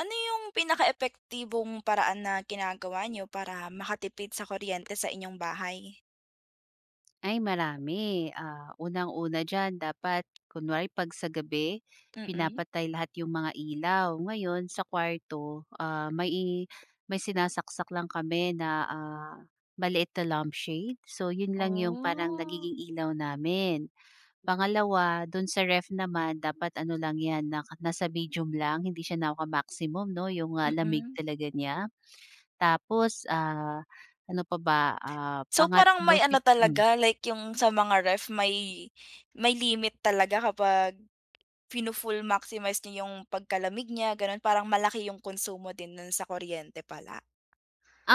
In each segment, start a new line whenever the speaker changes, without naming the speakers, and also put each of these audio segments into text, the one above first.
Ano yung pinaka epektibong paraan na ginagawa niyo para makatipid sa kuryente sa inyong bahay?
Ay marami. Unang-una diyan dapat kunwari 'pag sa gabi
Mm.
pinapatay lahat yung mga ilaw. Ngayon sa kwarto, may sinasaksak lang kami na, maliit na lampshade. So yun lang yung parang
Oh.
nagiging ilaw namin. Pangalawa, dun sa ref naman dapat ano lang yan na nasa medium lang, hindi siya naka-maximum 'no, yung, lamig
Mm.
talaga niya. Tapos, ano pa ba,
So, parang
pangatlo
may
si
ano
hmm.
talaga, like yung sa mga ref may limit talaga kapag finu-full maximize niyo yung pagkalamig niya, gano'n. Parang malaki yung konsumo din nun sa kuryente pala.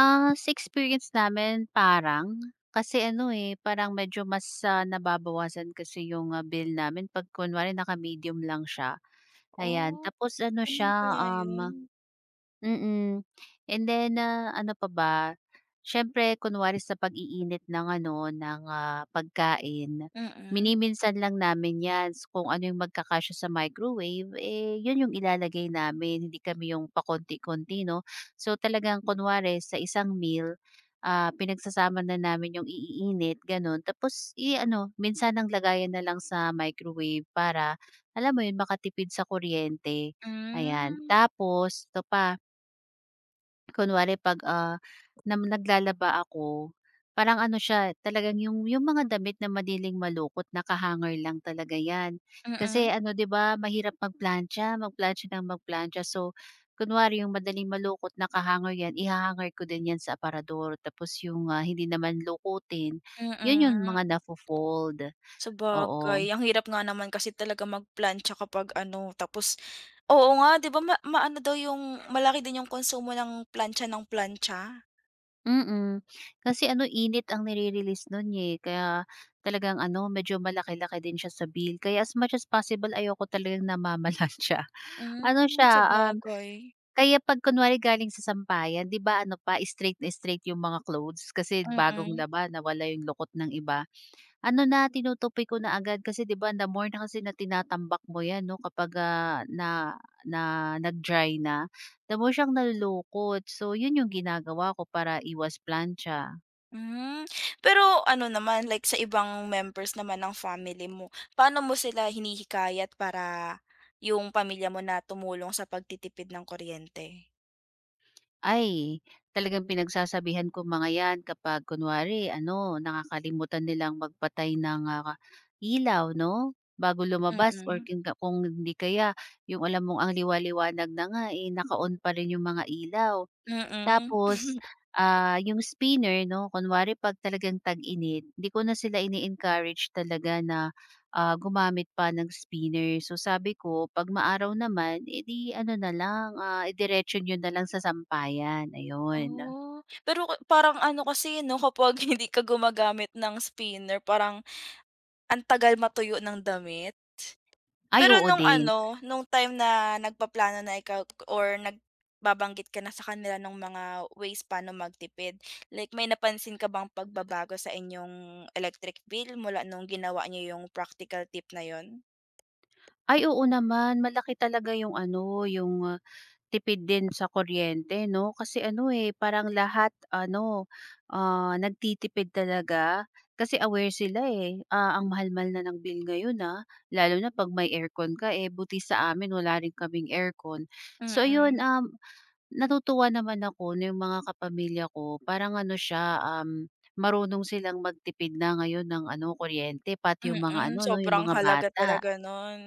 Sa experience namin parang, kasi ano, eh, parang medyo mas, nababawasan kasi yung, bill namin 'pag kunwari naka-medium lang siya, ayan.
Oh.
Tapos ano
Ganun
siya,
pala
um
yun.
Mm. And then, ano pa ba, siyempre kunwari sa pag-iinit ng ano, ng, pagkain,
Mm.
miniminsan lang namin 'yan. So, kung ano yung magkakasya sa microwave, eh, 'yun yung ilalagay namin, hindi kami yung pakonti-konti 'no. So, talagang kunwari sa isang meal, pinagsasama na namin yung iiinit gano'n tapos i-ano, minsanang lagayan na lang sa microwave para, alam mo 'yun, makatipid sa kuryente, ayan.
Hmm.
Tapos ito pa. Kunwari 'pag, naglalaba ako, parang ano siya, talagang yung mga damit na madaling malukot naka-hanger lang talaga 'yan. Kasi
Mm,
ano 'di ba, mahirap magplantsa, magplantsa ng magplantsa. So, kunwari yung madaling malukot naka-hanger 'yan, iha ko din 'yan sa aparador. Tapos yung, hindi naman lukutin, 'yun yung
mm.
mga nafo-fold,
Sabagay,
oo.
ang hirap nga naman kasi talaga magplantsa kapag ano tapos oo nga 'di ba maano daw yung malaki din yung konsumo ng plantsa ng plantsa?
Mm. Kasi ano, init ang nire-release nun, eh, kaya talagang ano, medyo malaki-laki din siya sa bill. Kaya as much as possible ayoko talagang namamalan siya. Ano
Hmm,
siya, um,
sabagay.
kaya 'pag kunwari galing sa sampayan, 'di ba ano pa, straight na straight yung mga clothes kasi bagong
Mm.
laban, nawala yung lukot ng iba. Ano na, tinutupi ko na agad kasi 'di ba the more na kasi na tinatambak mo 'yan 'no kapag, na na nag-dry na, the more siyang nalulukot. So, yun yung ginagawa ko para iwas plancha.
Hmm, pero ano naman like sa ibang members naman ng family mo, paano mo sila hinihikayat para yung pamilya mo na tumulong sa pagtitipid ng kuryente?
Ay, talagang pinagsasabihan ko mga 'yan kapag kunwari ano, nakakalimutan nilang magpatay ng, ilaw 'no, bago lumabas or
Mm,
kung hindi kaya yung alam mong ang liwa-liwanag na nga, eh, naka-on pa rin yung mga ilaw.
mm.
Tapos, ah, yung spinner 'no, kunwari 'pag talagang tag-init, 'di ko na sila ini-encourage talaga na, gumamit pa ng spinner. So sabi ko, 'pag maaraw naman, edi ano na lang, idiretso niyo na lang sa sampayan, ayun.
Oh, pero parang ano kasi 'no, kapag hindi ka gumagamit ng spinner parang ang tagal matuyo ng damit.
Ay,
Pero
oo
nung
din.
ano, nung time na nagpaplano na ikaw or nagbabanggit ka na sa kanila ng mga ways paano magtipid, like may napansin ka bang pagbabago sa inyong electric bill mula nung ginawa niyo yung practical tip na yon?
Ay, oo naman, malaki talaga yung ano, yung tipid din sa kuryente 'no? Kasi ano, eh, parang lahat ano, nagtitipid talaga. Kasi aware sila, eh. Ah, ang mahal-mahal na ng bill ngayon, lalo na 'pag may aircon ka, eh, buti sa amin wala rin kaming aircon.
Mm,
So ayun,
mm.
natutuwa naman ako na yung mga kapamilya ko parang ano siya, marunong silang magtipid na ngayon ng ano, kuryente pati
Mm,
yung
mm,
mga ano 'no, yung
sobrang
mga
halaga
bata.
talaga nun.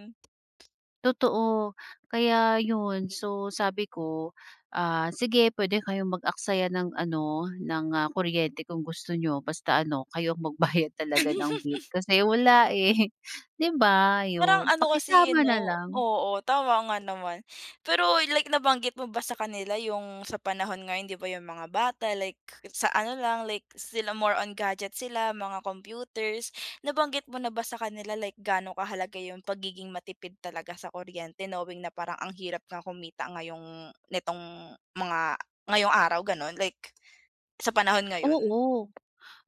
Totoo. Kaya yun, so sabi ko, sige pwede kayong mag-aksaya ng ano, ng, kuryente kung gusto niyo basta ano kayo ang magbayad talaga ng bill kasi wala, eh, 'di ba?
Parang
Yun,
ano kasi, eh,
pakisama na
'no,
lang.
oo, tama nga naman. Pero like nabanggit mo ba sa kanila yung sa panahon ngayon? 'Di ba yung mga bata like sa ano lang, like sila more on gadget sila, mga computers. Nabanggit mo na ba sa kanila like gaano kahalaga yung pagiging matipid talaga sa kuryente, knowing na parang ang hirap nga kumita ngayong netong mga ngayong araw, gano'n, like sa panahon ngayon?
Oo,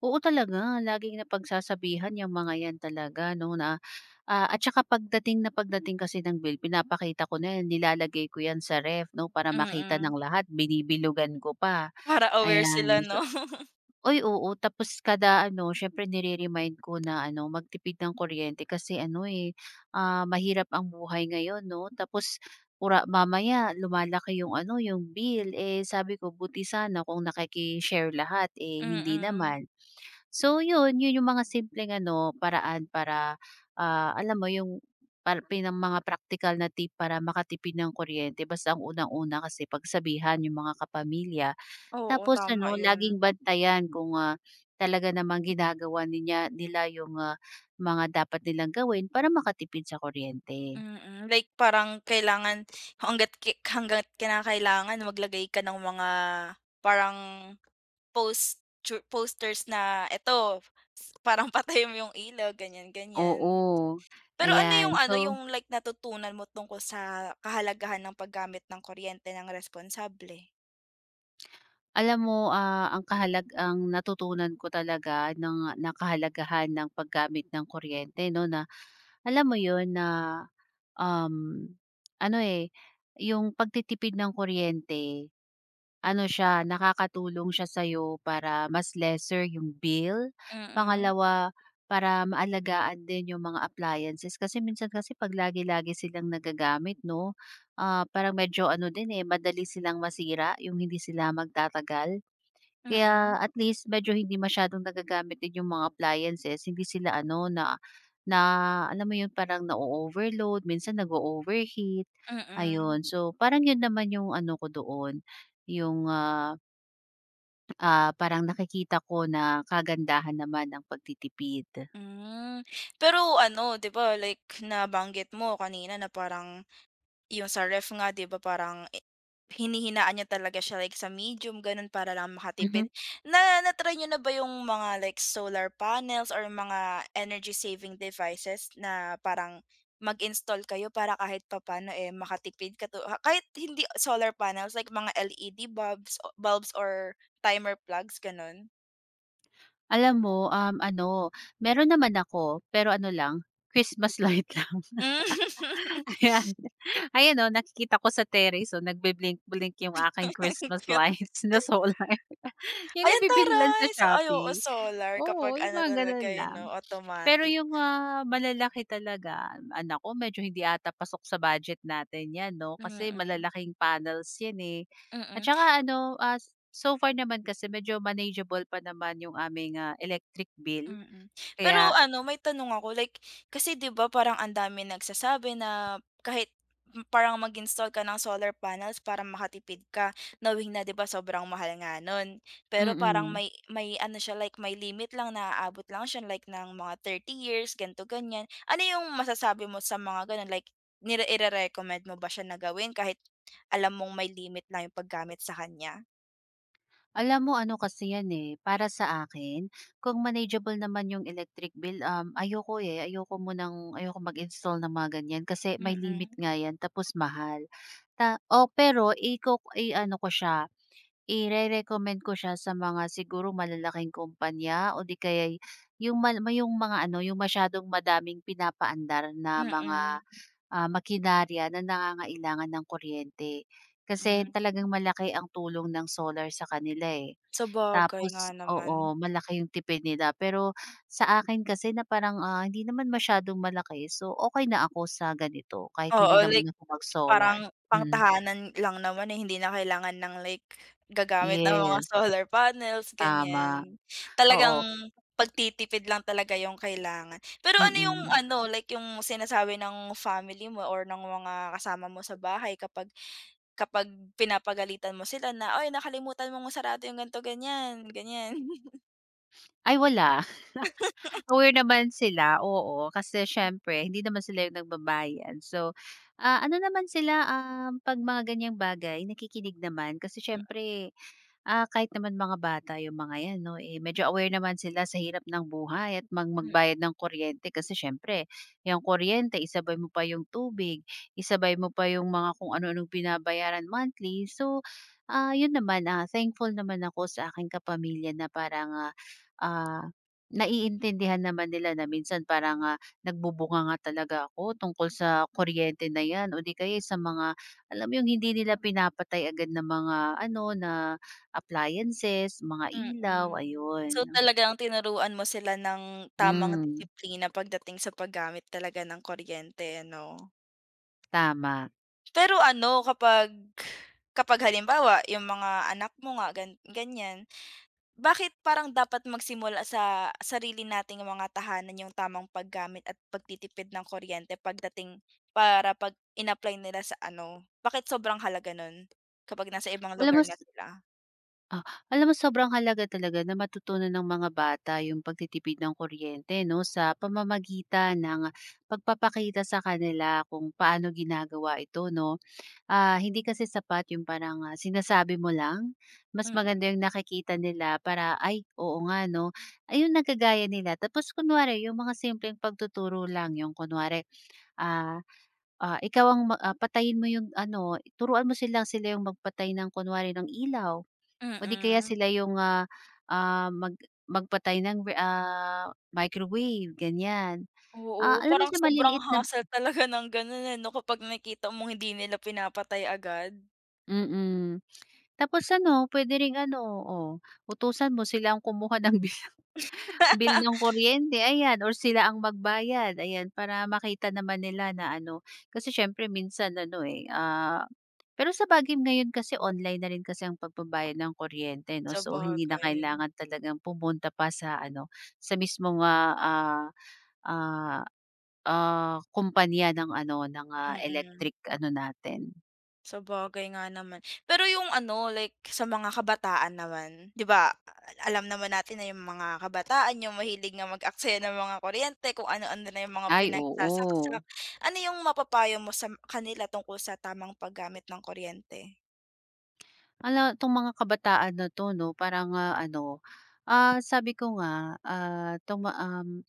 oo talaga laging napagsasabihan yung mga yan talaga 'no na, at saka pagdating na pagdating kasi ng bill pinapakita ko na yan, nilalagay ko yan sa ref 'no para makita
Mm,
ng lahat, binibilugan ko pa,
para aware sila
ayan.
'no?
Oy oo. Tapos kada ano, siyempre nire-remind ko na ano, magtipid ng kuryente kasi ano, eh, mahirap ang buhay ngayon 'no. Tapos pura mamaya lumalaki yung ano, yung bill. Eh, sabi ko buti sana kung nakiki-share lahat, eh, hindi
Mm,
naman. So yun, yun yung mga simpleng ano, paraan para, alam mo yung para pinang mga practical na tip para makatipid ng kuryente. Basta ang unang-una kasi pagsabihan yung mga kapamilya
oo,
tapos
tama
ano,
'yun.
laging bantayan kung, talaga namang ginagawa niya nila yung, mga dapat nilang gawin para makatipid sa kuryente.
Mm, like parang kailangan hangga't kinakailangan maglagay ka ng mga parang posters na eto, parang patayin mo yung ilaw, ganyan, ganyan.
Oo,
Pero
ayan.
ano,
So,
yung like natutunan mo tungkol sa kahalagahan ng paggamit ng kuryente ng responsable?
alam mo, ang kahalag ang natutunan ko talaga ng nakahalagahan ng paggamit ng kuryente 'no, na alam mo yun na. Um, Ano, eh, yung pagtitipid ng kuryente, ano siya, nakakatulong siya sa'yo para mas lesser yung bill.
Mm,
Pangalawa, para maalagaan din yung mga appliances kasi minsan kasi 'pag lagi-lagi silang nagagamit 'no, parang medyo ano din, eh, madali silang masira yung hindi sila magtatagal.
mm,
Kaya at least medyo hindi masyadong nagagamit din yung mga appliances, hindi sila ano na na alam mo yun parang na overload minsan nag-o-overheat,
mm,
ayun. So, parang yun naman yung ano ko doon, yung, ah, parang nakikita ko na kagandahan naman ng pagtitipid.
hmm. Pero ano, 'di ba like nabanggit mo kanina na parang yung sa ref nga 'di ba parang hinihinaan niya talaga siya like sa medium, gano'n, para lang
Mhm.
makatipid. Na-try niyo na ba yung mga like solar panels or mga energy saving devices na parang mag-install kayo para kahit papano, eh, makatipid ha, kahit hindi solar panels like mga LED bulbs or timer plugs, gano'n?
Alam mo, ano, meron naman ako pero ano lang, Christmas light lang.
Hmm.
Ayan. Ayan 'no, nakikita ko sa terrace, oh, nagbi-blink-blink yung aking Christmas
Cute.
lights na solar. Yung
Ay,
nabibili lang
taray!
sa
So ay, oo,
Shopee.
solar kapag
Oo, yung
ano
mga
talaga,
gano'n
eh,
lang.
'no,
Pero
automatic.
yung, malalaki talaga, anak ko medyo hindi ata pasok sa budget natin 'yan 'no, kasi
Mm.
malalaking panels 'yan, eh. At
Mm,
saka ano, so far naman kasi medyo manageable pa naman yung aming, electric bill.
mm. Pero
Kaya
ano, may tanong ako, like kasi 'di ba parang ang daming nagsasabi na kahit parang mag-install ka ng solar panels para makatipid ka, knowing na 'di ba sobrang mahal nga nun. Pero parang
mm.
may ano siya, like may limit lang na aabot lang siya like ng mga 30 years, ganito, ganyan. Ano yung masasabi mo sa mga ganun, like nire recommend mo ba siya na gawin kahit alam mong may limit lang yung paggamit sa kanya?
Alam mo ano kasi yan, eh, para sa akin kung manageable naman yung electric bill, ayoko, eh, ayokong mag-install ng mga ganyan kasi may limit
Mm,
nga yan tapos mahal. Ta o pero iko i-ano ko siya, ire-recommend ko siya sa mga siguro malalaking kumpanya o di kaya yung mal may yung mga ano, yung masyadong madaming pinapaandar na
mm,
mga, makinarya na nangangailangan ng kuryente. Kasi
hmm.
talagang malaki ang tulong ng solar sa kanila, eh.
Sabagay nga
Tapos
naman.
oo, malaki yung tipid nila. Pero sa akin kasi na parang, hindi naman masyadong malaki. So, okey na ako sa ganito kahit hindi
Oo,
na
like
muna ako mag-solar.
parang
Mm,
pangtahanan lang naman, eh, hindi na kailangan ng like gagamit ng mga
yes,
solar panels,
tama.
ganyan. Talagang
Oo,
pagtitipid lang talaga yung kailangan. Pero ano yung
mm.
ano, like yung sinasabi ng family mo or ng mga kasama mo sa bahay kapag kapag pinapagalitan mo sila na, "Uy, nakalimutan mong sarado yung ganito, ganyan, ganyan."
Ay wala, aware naman sila, oo. Kasi siyempre hindi naman sila yung nagbabayad. So, ano naman sila, 'pag mga ganyang bagay nakikinig naman kasi siyempre. Ah, kahit naman mga bata yung mga 'yan 'no, eh, medyo aware naman sila sa hirap ng buhay at mang magbayad ng kuryente kasi siyempre yung kuryente isabay mo pa yung tubig, isabay mo pa yung mga kung ano-anong binabayaran monthly. So, 'yun naman, thankful naman ako sa aking kapamilya na parangah, naiintindihan naman nila na minsan parang, nagbubunganga talaga ako tungkol sa kuryente na 'yan o di kaya sa mga alam mo yung hindi nila pinapatay agad na mga ano na appliances, mga ilaw,
Mm. So,
ayun.
talagang tinuruan mo sila ng tamang
Hmm,
disiplina pagdating sa paggamit talaga ng kuryente, ano.
tama.
Pero ano, kapag kapag halimbawa yung mga anak mo nga ganyan, bakit parang dapat magsimula sa sarili nating mga tahanan yung tamang paggamit at pagtitipid ng kuryente pagdating para 'pag in-apply nila sa ano, bakit sobrang halaga nun kapag nasa ibang
Alam
lugar
mo s
na sila?
ah, alam mo sobrang halaga talaga na matutunan ng mga bata yung pagtitipid ng kuryente 'no, sa pamamagitan ng pagpapakita sa kanila kung paano ginagawa ito 'no. Ah, hindi kasi sapat yung parang, sinasabi mo lang, mas
Mm,
maganda yung nakikita nila para, "Ay, oo nga 'no." Ayun, nagagaya nila tapos kunwari yung mga simpleng pagtuturo lang, yung kunwari, ah ah. Ikaw ang ma ah, patayin mo yung ano, turuan mo silang sila yung magpatay ng kunwari ng ilaw o di kaya
mm.
sila yung, mag magpatay ng re ah, microwave, ganyan.
Oo,
Ah, alam mo
parang
sa
sobrang
maliliit na
hassle talaga ng gano'n, eh, 'no, kapag nakita mong hindi nila pinapatay agad.
mm. Mm. Tapos ano, puwede ring ano, oh, utusan mo silang kumuha ng bi bill ng kuryente, ayan or sila ang magbayad, ayan para makita naman nila na ano, kasi siyempre minsan ano, eh, pero sa bagay ngayon kasi online na rin kasi ang pagbabayad ng kuryente 'no, so hindi na
Sabagay,
kailangan talagang pumunta pa sa ano, sa mismongah, kumpanya ng ano, ng,
mm.
electric ano natin.
Sabagay nga naman. Pero yung ano, like sa mga kabataan naman, 'di ba, alam naman natin na yung mga kabataan yung mahilig na mag-aksaya ng mga kuryente, kung ano-ano na yung mga
Ay
pinagsasaksak.
oo,
Ano yung mapapayo mo sa kanila tungkol sa tamang paggamit ng kuryente?
hala itong mga kabataan na 'to 'no, parang, ano, sabi ko nga, tuma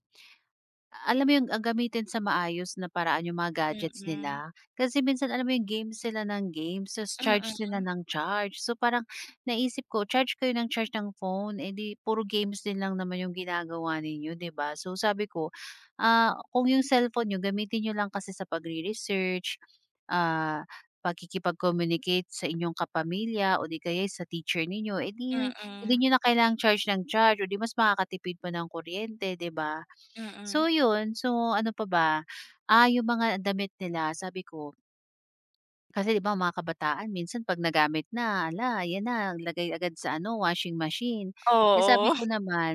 alam mo yung, gamitin sa maayos na paraan yung mga gadgets
Mm,
nila. Kasi minsan alam mo yung games sila ng games, ta's charge
mm,
sila ng charge. So, parang naisip ko, charge kayo ng charge ng phone, eh, 'di puro games din lang naman yung ginagawa ninyo, 'di ba? So, sabi ko, kung yung cellphone niyo gamitin niyo lang kasi sa pagre-research, ah, pakikipag-communicate sa inyong kapamilya o 'di kaya'y sa teacher ninyo, eh, 'di hindi
mm,
niyo na kailangang charge ng charge o 'di mas makakatipid pa ng kuryente, 'di ba?
mm.
So yun, so ano pa ba, yung mga damit nila sabi ko kasi 'di ba mga kabataan minsan 'pag nagamit na, hala, 'yan na lagay agad sa ano, washing machine. Eh, sabi
Oo.
ko naman,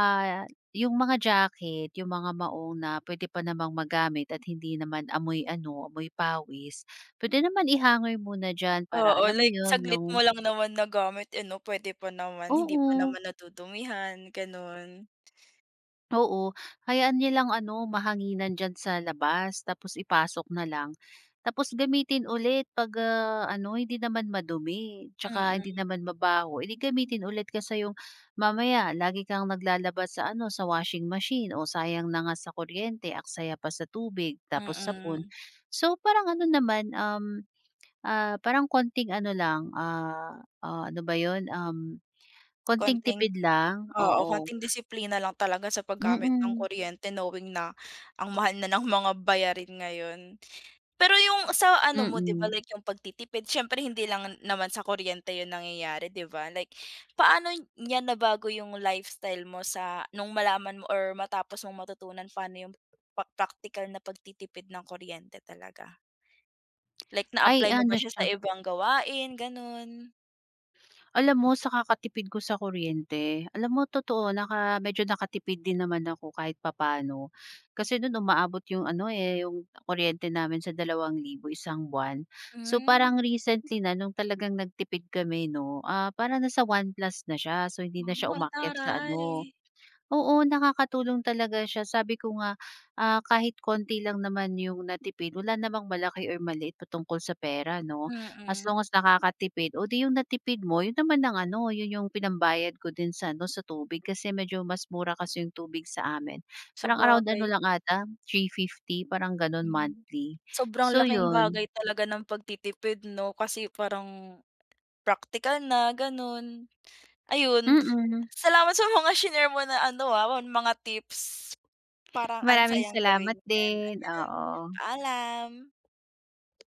ah, yung mga jacket, yung mga maong na pwede pa namang magamit at hindi naman amoy ano, amoy pawis, pwede naman ihangoy muna diyan para
Oo,
alam mo
like
yun,
saglit
yung
mo lang naman na gamit, eh, 'no, puwede pa naman, hindi pa
oo.
naman nadudumihan, gano'n.
Oo, hayaan niya lang ano, mahanginan diyan sa labas tapos ipasok na lang. Tapos gamitin ulit 'pag, ano, hindi naman madumi tsaka hindi
Mm,
naman mabaho, eh, gamitin ulit kasi yung mamaya lagi kang naglalabas sa ano, sa washing machine o sayang na nga sa kuryente, aksaya pa sa tubig
mm.
tapos sabon.
Mm.
So, parang ano naman, parang konting ano lang, ano ba yun, konting
Konting
tipid lang,
oo,
oo.
konting disiplina lang talaga sa paggamit ng
Mm,
kuryente, knowing na ang mahal na ng mga bayarin ngayon. Pero yung sa ano mo 'di ba,
mm.
like yung pagtitipid siyempre hindi lang naman sa kuryente yun nangyayari, 'di ba? Like paano niya nabago yung lifestyle mo sa nung malaman mo or matapos mong matutunan paano yung praktikal na pagtitipid ng kuryente talaga? Like
Ay
na-apply mo ba
ano
siya
siya,
sa ibang gawain, gano'n?
alam mo sa kakatipid ko sa kuryente, alam mo totoo, naka medyo nakatipid din naman ako kahit papaano. Kasi no'n umaabot 'yung ano, eh, 'yung kuryente namin sa 2,000 isang buwan. So parang
Hmm,
recently na nung talagang nagtipid kami 'no, parang nasa 1 plus na siya, so hindi na siya
wow, ang
umakyat sa
taray.
ano. Oo, nakakatulong talaga siya. Sabi ko nga, kahit konti lang naman yung natipid, wala namang malaki or maliit patungkol sa pera, 'no? As
Mm,
long as nakakatipid, o 'di yung natipid mo, yun naman ang ano, yun yung pinambayad ko din sa ano, sa tubig kasi medyo mas mura kasi yung tubig sa amin. Parang around
sabagay,
ano lang ata, 350, parang gano'n
mm,
monthly.
sobrang
So
laking
yun.
bagay talaga ng pagtitipid 'no, kasi parang praktikal na gano'n. Ayun,
Mm.
salamat sa mga shinare mo na ano, mga tips. Parang ang
Maraming
sayang
salamat
gawin 'yan,
din,
ayan.
oo.
Paalam.